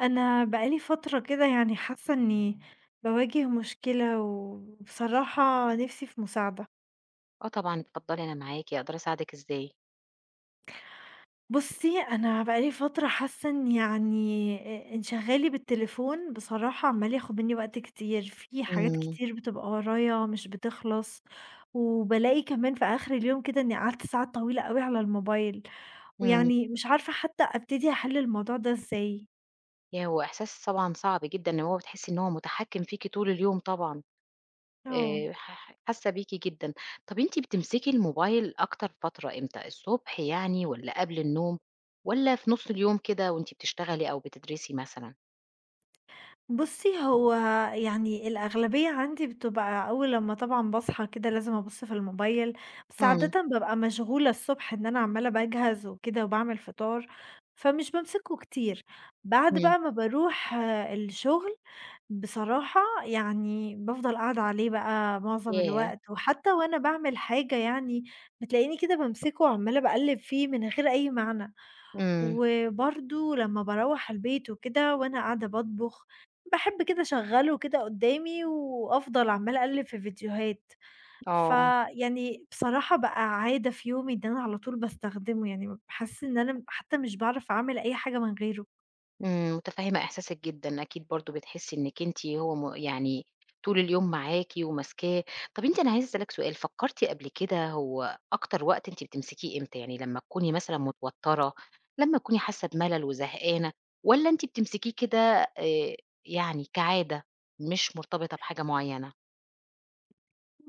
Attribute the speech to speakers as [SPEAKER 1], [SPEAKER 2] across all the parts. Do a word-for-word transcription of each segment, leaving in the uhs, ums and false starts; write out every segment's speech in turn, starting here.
[SPEAKER 1] انا بقالي فترة كده يعني حاسة اني بواجه مشكلة وبصراحة نفسي في مساعدة.
[SPEAKER 2] آه طبعًا، اتفضلي أنا معاكِ، أقدر أساعدِك إزاي؟
[SPEAKER 1] بصي انا بقالي فترة حاسة ان يعني انشغالي بالتليفون بصراحة عمال ياخد مني وقت كتير في حاجات
[SPEAKER 2] إمم،
[SPEAKER 1] كتير بتبقى ورايا مش بتخلص. وبلاقي كمان في اخر اليوم كده اني قعدت ساعات طويلة قوي على الموبايل.
[SPEAKER 2] إمم.
[SPEAKER 1] ويعني مش عارفة حتى ابتدي احل الموضوع ده ازاي.
[SPEAKER 2] ياه! هو إحساس طبعًا صعب جدًا إن هو بتحسّي إن هو متحكّم فيكِ طول اليوم طبعًا،
[SPEAKER 1] اه.
[SPEAKER 2] آآ ح ح حاسة بيكِ جدًا. طَب أنتِ بتمسكي الموبايل أكتر فترة إمتى، الصبح يعني والّا قبل النوم والّا في نُص اليوم كده وأنتِ بتشتغلي أو بتدرسي مثلًا؟
[SPEAKER 1] بُصّي، هو يعني الأغلبية عندي بتبقى أول لمّا طبعًا باصحى كده لازم أبُص في الموبايل، بس
[SPEAKER 2] إمم،
[SPEAKER 1] عادةً بابقى مشغولة الصبح إن أنا عمّالة باجهز وكده وباعمل فطار، فمش بامسكه كتير. بعد
[SPEAKER 2] إمم،
[SPEAKER 1] بقى ما باروح الشغل بصراحة يعني بافضل قاعدة عليه بقى معظم
[SPEAKER 2] ياه!
[SPEAKER 1] الوقت، وحتى وأنا باعمل حاجة يعني بتلاقيني كده بامسكه وعمّالة باقلِّب فيه من غير أي معنى.
[SPEAKER 2] إمم،
[SPEAKER 1] وبرضه لمّا باروّح البيت وكده وأنا قاعدة باطبخ، باحب كده أشغّله كده قدّامي وأفضل عمّالة أقلِّب في فيديوهات،
[SPEAKER 2] آه.
[SPEAKER 1] فيعني بصراحة بقى عادة في يومي إن أنا على طول باستخدمه، يعني باحس إن أنا حتى مش باعرف أعمل أي حاجة من غيره.
[SPEAKER 2] إمم، متفهمة إحساسِك جدًا، أكيد برضه بتحسي إنِّك أنتِ هو م يعني طول اليوم معاكِ وماسكاه. طَب أنتِ أنا عايزة أسألِك سؤال، فكرتِ قبل كده هو أكتر وقت أنتِ بتمسكيه إمتى؟ يعني لمّا تكوني مثلًا متوترة، لمّا تكوني حاسة بملل وزهقانة، والّا أنتِ بتمسكيه كده آآ، يعني كعادة مش مرتبطة بحاجة معيّنة؟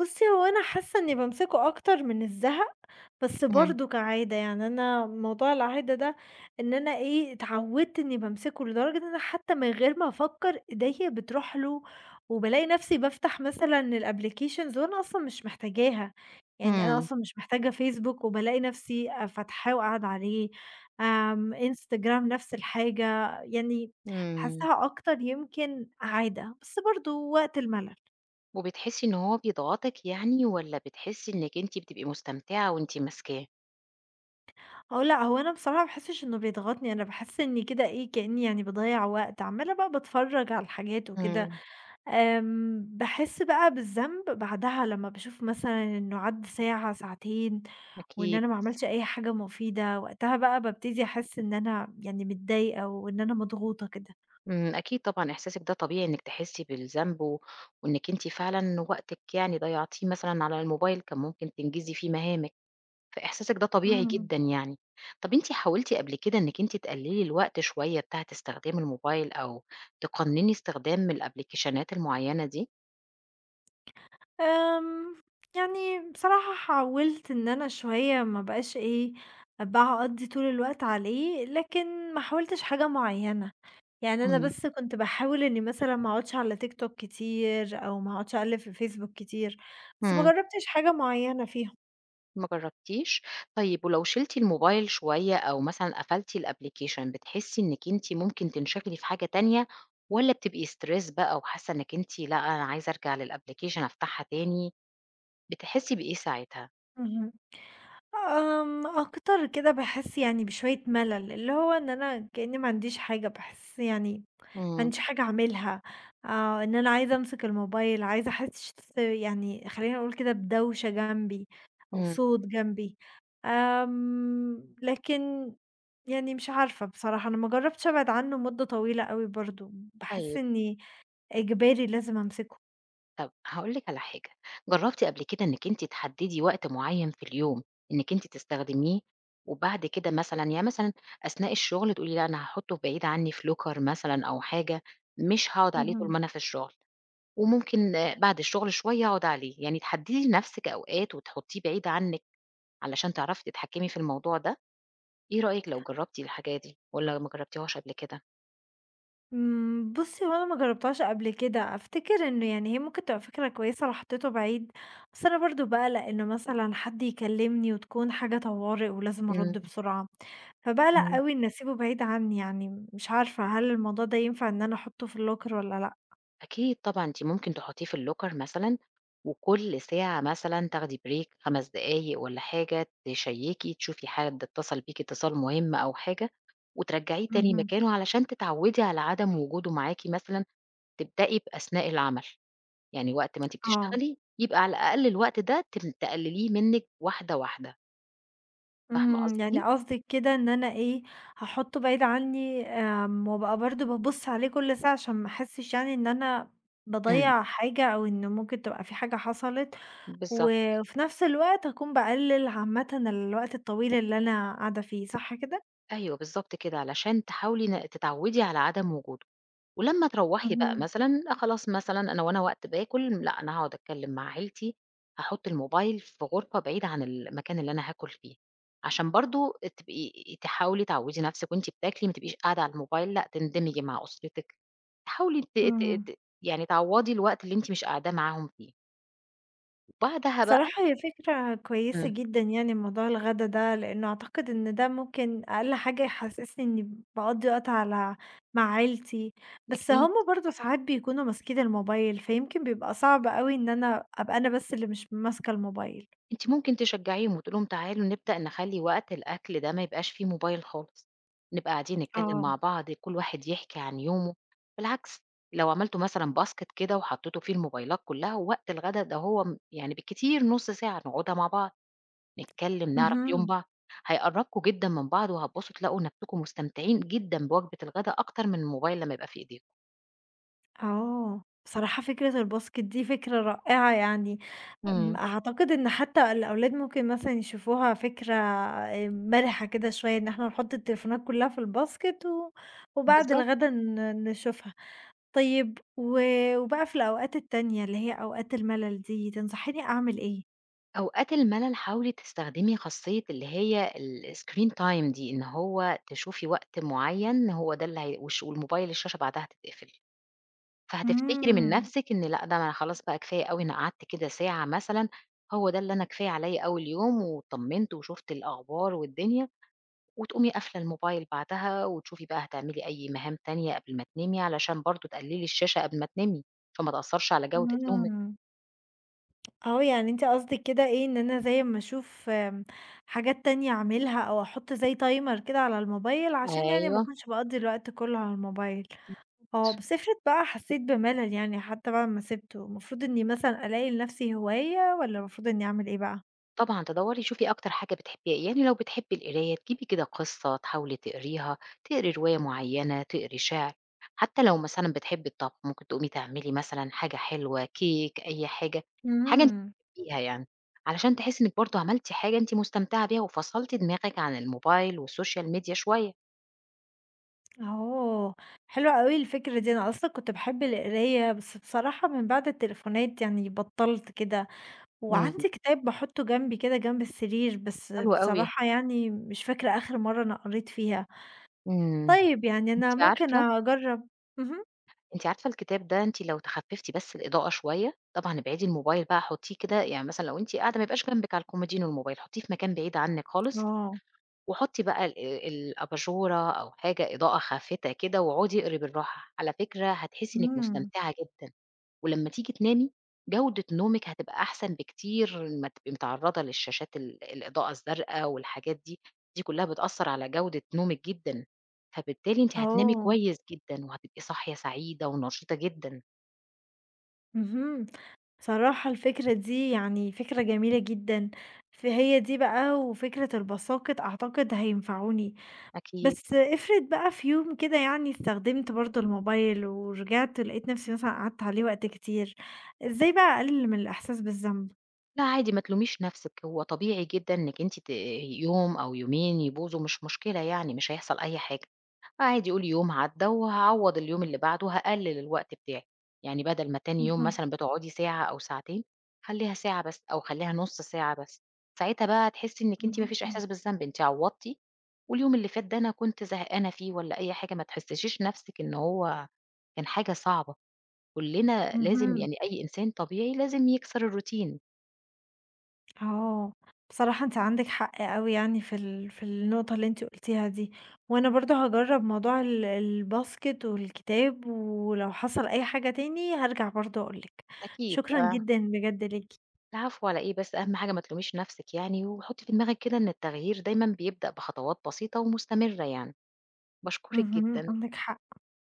[SPEAKER 1] بُصّي، هو أنا حاسة إني بامسكه أكتر من الزهق، بس
[SPEAKER 2] إمم،
[SPEAKER 1] برضه كعادة، يعني أنا موضوع العادة ده إن أنا إيه، اتعودت إني بامسكه لدرجة إن أنا حتى من غير ما أفكر إيديّا بتروح له، وبالاقي نفسي بافتح مثلًا الapplications وأنا أصلًا مش محتاجاها، يعني أنا
[SPEAKER 2] إمم،
[SPEAKER 1] أصلًا مش محتاجة Facebook وبالاقي نفسي آآ، فاتحاه وقاعدة عليه، آمم، إنستجرام نفس الحاجة، يعني
[SPEAKER 2] إمم،
[SPEAKER 1] باحسها أكتر يمكن عادة، بس برضه وقت الملل.
[SPEAKER 2] وبتحسي إن هو بيضغطِك يعني والّا بتحسي إنِّك أنتِ بتبقي مستمتعة وأنتِ ماسكاه؟
[SPEAKER 1] هو لأ، هو أنا بصراحة ما باحسّش إنه بيضغطني، أنا باحس إني كده إيه، كإني يعني باضيّع وقت، عمّالة بقى باتفرّج على الحاجات وكده،
[SPEAKER 2] إمم،
[SPEAKER 1] آمم باحس بقى بالذنب بعدها لمّا باشوف مثلًا إنه عدّى ساعة، ساعتين وإن
[SPEAKER 2] أكيد.
[SPEAKER 1] أنا ما عملتش أي حاجة مفيدة، وقتها بقى بابتدي أحس إن أنا يعني متضايقة وإن أنا مضغوطة كده.
[SPEAKER 2] إمم، أكيد طبعًا إحساسِك ده طبيعي إنِّك تحسّي بالذنب و وإنِّك أنتِ فعلًا وقتِك يعني ضيّعتيه مثلًا على الموبايل، كان ممكن تنجزي فيه مهامِك، فإحساسِك ده طبيعي
[SPEAKER 1] إمم.
[SPEAKER 2] جدًا يعني. طَب أنتِ حاولتِ قبل كده إنِّك أنتِ تقلّلي الوقت شوية بتاعة استخدام الموبايل أو تقنّني استخدام الأبليكيشنات المعيّنة دي؟
[SPEAKER 1] آمم، يعني بصراحة حاولت إن أنا شوية ما أبقاش إيه، باقضّي طول الوقت عليه، لكن ما حاولتش حاجة معيّنة، يعني أنا
[SPEAKER 2] إمم.
[SPEAKER 1] بس كنت باحاول إني مثلًا ما أقعدش على تيك توك كتير أو ما أقعدش أقلِّب في فيسبوك كتير، بس ما
[SPEAKER 2] إمم.
[SPEAKER 1] جرّبتش حاجة معيّنة فيهم.
[SPEAKER 2] ما جرّبتيش؟ طيب ولو شِلتِ الموبايل شوية أو مثلًا قفلتِ الapplication بتحسّي إنِّك أنتِ ممكن تنشغلي في حاجة تانية والّا بتبقي stress بقى وحاسّة إنِّك أنتِ لأ، أنا عايزة أرجع للapplication أفتحها تاني، بتحسّي بإيه ساعتها؟
[SPEAKER 1] اهم. آمم، أكتر كده باحس يعني بشوية ملل، اللي هو إن أنا كإني ما عنديش حاجة، باحس يعني ما
[SPEAKER 2] إمم،
[SPEAKER 1] عنديش حاجة أعملها، آه، إن أنا عايزة أمسك الموبايل، عايزة أحس يعني خلّينا نقول كده بدوشة جنبي أو
[SPEAKER 2] إمم.
[SPEAKER 1] صوت جنبي، آمم، لكن يعني مش عارفة بصراحة، أنا ما جرّبتش أبعد عنه مدة طويلة أوي برضه، باحس
[SPEAKER 2] طيب،
[SPEAKER 1] إني إجباري لازم أمسكه.
[SPEAKER 2] طَب هاقول لِك على حاجة، جرّبتِ قبل كده إنِّك أنتِ تحدّدي وقت معيّن في اليوم إنِّك أنتِ تستخدميه وبعد كده مثلًا يعني مثلًا أثناء الشغل تقولي لأ، أنا هاحُطّه بعيد عنّي في locker مثلًا أو حاجة، مش هاقعُد عليه طول
[SPEAKER 1] اهم.
[SPEAKER 2] ما أنا في الشغل. وممكن آه، بعد الشغل شوية أقعد عليه، يعني تحددي لنفسِك أوقات وتحطيه بعيد عنِك علشان تعرفي تتحكمي في الموضوع ده، إيه رأيك لو جربتِ الحاجة دي والّا ما جربتيهاش قبل كده؟
[SPEAKER 1] إمم، بُصّي هو أنا ما جرّبتهاش قبل كده، أفتكر إنه يعني هي ممكن تبقى فكرة كويسة لو حطيته بعيد، بس أنا برضه باقلق إنه مثلًا حد يكلمني وتكون حاجة طوارئ ولازم
[SPEAKER 2] إمم،
[SPEAKER 1] أرُد بسرعة، فباقلق
[SPEAKER 2] إمم.
[SPEAKER 1] أوي إني أسيبه بعيد عني يعني، مش عارفة هل الموضوع ده ينفع إن أنا أحطه في الlocker والّا لأ؟
[SPEAKER 2] أكيد طبعًا، أنتِ ممكن تحطيه في الlocker مثلًا وكل ساعة مثلًا تاخدي break خمس دقايق والّا حاجة، تشيكي تشوفي حد اتصل بيكِ اتصال مهم أو حاجة وترجعيه تاني
[SPEAKER 1] اهم.
[SPEAKER 2] مكانه علشان تتعودي على عدم وجوده معاكِ مثلًا، تبدئي بأثناء العمل. يعني وقت ما أنتِ
[SPEAKER 1] آه،
[SPEAKER 2] بتشتغلي، يبقى على الأقل الوقت ده تم تقلليه منِّك واحدة، واحدة، فاهمة
[SPEAKER 1] إمم، يعني
[SPEAKER 2] قصدي؟
[SPEAKER 1] قصدِك كده إن أنا إيه، هاحطه بعيد عني آمم، وأبقى برضه بابُص عليه كل ساعة عشان ما أحسش يعني إن أنا
[SPEAKER 2] إمم،
[SPEAKER 1] باضيّع حاجة أو إن ممكن تبقى في حاجة حصلت. و
[SPEAKER 2] بالضبط،
[SPEAKER 1] وفي نفس الوقت هاكون باقلل عامةً الوقت الطويل اللي أنا قاعدة فيه، صح كده؟
[SPEAKER 2] أيوه بالضبط كده، علشان تحاولي ن تتعودي على عدم وجوده، ولمّا تروّحي بقى
[SPEAKER 1] اهم،
[SPEAKER 2] مثلًا لأ خلاص مثلًا أنا وأنا وقت باكل، لأ أنا هاقعد أتكلم مع عيلتي، هاحط الموبايل في غرفة بعيدة عن المكان اللي أنا هاكل فيه، عشان برضه تبقي تحاولي تعودي نفسِك وأنتِ بتاكلي ما تبقيش قاعدة على الموبايل، لأ تندمجي مع أسرتِك، تحاولي ت
[SPEAKER 1] إمم.
[SPEAKER 2] ت ت يعني تعوضي الوقت اللي أنتِ مش قاعدة معاهم فيه. بعدها بقى
[SPEAKER 1] بصراحة هي فكرة كويسة
[SPEAKER 2] إمم.
[SPEAKER 1] جدًا يعني موضوع الغدا ده، لإنه أعتقد إن ده ممكن أقل حاجة يحسسني إني باقضّي وقت على مع عيلتي، بس
[SPEAKER 2] أكيد،
[SPEAKER 1] هُم برضه ساعات بيكونوا ماسكين الموبايل، فيمكن بيبقى صعب أوي إن أنا أبقى أنا بس اللي مش ماسكة الموبايل.
[SPEAKER 2] أنتِ ممكن تشجعيهم وتقولي لهم تعالوا نبدأ نخلّي وقت الأكل ده ما يبقاش فيه موبايل خالص، نبقى قاعدين نتكلم
[SPEAKER 1] آه،
[SPEAKER 2] مع بعض كل واحد يحكي عن يومه، بالعكس لو عملتوا مثلًا باسكت كده وحطيتوا فيه الموبايلات كلها ووقت الغدا ده هو م يعني بالكتير نُص ساعة نقعدها مع بعض، نتكلم نعرف يوم
[SPEAKER 1] اهم.
[SPEAKER 2] بعض، هيقرّبكم جدًا من بعض وهتبصوا تلاقوا نفسكم مستمتعين جدًا بوجبة الغدا أكتر من الموبايل لمّا يبقى في إيديكم.
[SPEAKER 1] آه، بصراحة فكرة الباسكت دي فكرة رائعة يعني، آمم،
[SPEAKER 2] إمم.
[SPEAKER 1] أعتقد إن حتى الأولاد ممكن مثلًا يشوفوها فكرة آآ، مرحة كده شوية إن إحنا نحط التليفونات كلها في الباسكت و وبعد
[SPEAKER 2] بالضبط.
[SPEAKER 1] الغدا ن نشوفها. طيب و وبقى في الأوقات التانية اللي هي أوقات الملل دي، تنصحيني أعمل إيه؟
[SPEAKER 2] أوقات الملل حاولي تستخدمي خاصية اللي هي الscreen time دي، إن هو تشوفي وقت معين هو ده اللي هي والش والموبايل الشاشة بعدها هتتقفل، فهتفتكري من
[SPEAKER 1] إمم،
[SPEAKER 2] نفسِك إن لأ، ده أنا خلاص بقى كفاية أوي أنا قعدت كده ساعة مثلًا، هو ده اللي أنا كفاية عليَّ أوي اليوم واتطمنت وشُفت الأخبار والدنيا، وتقومي قافلة الموبايل بعدها وتشوفي بقى هتعملي أي مهام تانية قبل ما تنامي، علشان برضه تقللي الشاشة قبل ما تنامي، فما تأثّرش على جودة نومِك.
[SPEAKER 1] إمم. آه، يعني أنتِ قصدِك كده إيه، إن أنا زي أمّا أشوف آمم، حاجات تانية أعملها أو أحُط زي timer كده على الموبايل عشان يعني ما
[SPEAKER 2] أيوه.
[SPEAKER 1] أكونش باقضّي الوقت كُلّه على الموبايل. آه، بس افرض بقى حسّيت بملل يعني حتى بعد ما سِبته، المفروض إنّي مثلًا ألاقي لنَفْسي هواية والّا المفروض إنّي أعمل إيه بقى؟
[SPEAKER 2] طبعًا تدوّري شوفي أكتر حاجة بتحبيها، إيه، يعني لو بتحبي القراية تجيبي كده قصة تحاولي تقريها، تقري رواية معيّنة، تقري شِعر، حتى لو مثلًا بتحبي الطبخ ممكن تقومي تعملي مثلًا حاجة حلوة، كيك، أي حاجة، حاجة أنتِ
[SPEAKER 1] إمم،
[SPEAKER 2] بتحبيها يعني، علشان تحسّي إنِّك برضه عملتِ حاجة أنتِ مستمتعة بيها وفصلتِ دماغِك عن الموبايل والسوشيال ميديا شوية.
[SPEAKER 1] أوه! حلوة أوي الفكرة دي، أنا أصلًا كنت باحب القراية، بس بصراحة من بعد التليفونات يعني بطّلت كده،
[SPEAKER 2] إمم.
[SPEAKER 1] وعندي كتاب باحطّه جنبي كده جنب السرير، بس
[SPEAKER 2] حلو أوي.
[SPEAKER 1] بصراحة يعني مش فاكرة آخر مرّة أنا قريت فيها.
[SPEAKER 2] إمم.
[SPEAKER 1] طيب يعني
[SPEAKER 2] أنتِ
[SPEAKER 1] أنا ممكن
[SPEAKER 2] عارفة
[SPEAKER 1] أجرّب. اهم،
[SPEAKER 2] أنتِ عارفة الكتاب ده أنتِ لو تخفّفتِ بس الإضاءة شوية، طبعًا ابعدي الموبايل بقى حُطّيه كده يعني مثلًا لو أنتِ قاعدة ما يبقاش جنبِك على الكومودينو الموبايل، حُطّيه في مكان بعيد عنِّك خالص،
[SPEAKER 1] آه،
[SPEAKER 2] وحُطّي بقى ال الأباجورة أو حاجة إضاءة خافتة كده واقعدي اقري بالراحة، على فكرة هتحسّي إنِّك
[SPEAKER 1] إمم،
[SPEAKER 2] مستمتعة جدًا. ولمّا تيجي تنامي، جودة نومِك هتبقى أحسن بكتير ما تبقي متعرّضة للشاشات ال الإضاءة الزرقا والحاجات دي، دي كلّها بتأثّر على جودة نومِك جدًا، فبالتالي أنتِ هتنامي
[SPEAKER 1] آه،
[SPEAKER 2] كويس جدًا وهتبقي صاحية سعيدة ونشيطة جدًا
[SPEAKER 1] اهم. بصراحة الفكرة دي يعني فكرة جميلة جدًا، فهي دي بقى وفكرة الباساكِت أعتقد هينفعوني،
[SPEAKER 2] أكيد.
[SPEAKER 1] بس افرض بقى في يوم كده يعني استخدمت برضه الموبايل ورجعت لقيت نفسي مثلًا قعدت عليه وقت كتير، إزاي بقى أقلل من الإحساس بالذنب؟
[SPEAKER 2] لأ عادي ما تلوميش نَفْسِك، هو طبيعي جدًا إنِّك أنتِ ت يوم أو يومين يبوظوا مش مشكلة يعني، مش هيحصل أي حاجة. عادي قولي يوم عدّى وهاعوّض اليوم اللي بعده، هاقلِّل الوقت بتاعي، يعني بدل ما تاني يوم
[SPEAKER 1] اهم.
[SPEAKER 2] مثلًا بتقعدي ساعة أو ساعتين، خلّيها ساعة بس أو خلّيها نُص ساعة بس، ساعتها بقى هتحسّي إنِّك أنتِ ما فيش إحساس
[SPEAKER 1] اهم،
[SPEAKER 2] بالذنب، أنتِ عوّضتِ واليوم اللي فات ده أنا كنت زهقانة فيه والّا أي حاجة، ما تحسّسيش نَفْسِك إن هو كان حاجة صعبة، كُلّنا لازم
[SPEAKER 1] اهم،
[SPEAKER 2] يعني أي إنسان طبيعي لازم يكسر الروتين
[SPEAKER 1] آه، بصراحة أنت عندِك حق أوي يعني في ال في النقطة اللي أنتِ قُلتيها دي، وأنا برضه هاجرّب موضوع ال الباسكت والكتاب، ولو حصل أي حاجة تاني هارجع برضه أقول لِك،
[SPEAKER 2] أكيد،
[SPEAKER 1] شكرًا
[SPEAKER 2] آه.
[SPEAKER 1] جدًا بجد ليكِ،
[SPEAKER 2] العفو على إيه بس، أهم حاجة ما تلوميش نَفْسِك يعني وحُطّي في دماغِك كده إن التغيير دايمًا بيبدأ بخطوات بسيطة ومستمرة يعني. باشكرِك
[SPEAKER 1] اهم،
[SPEAKER 2] جدًا.
[SPEAKER 1] عندِك حق.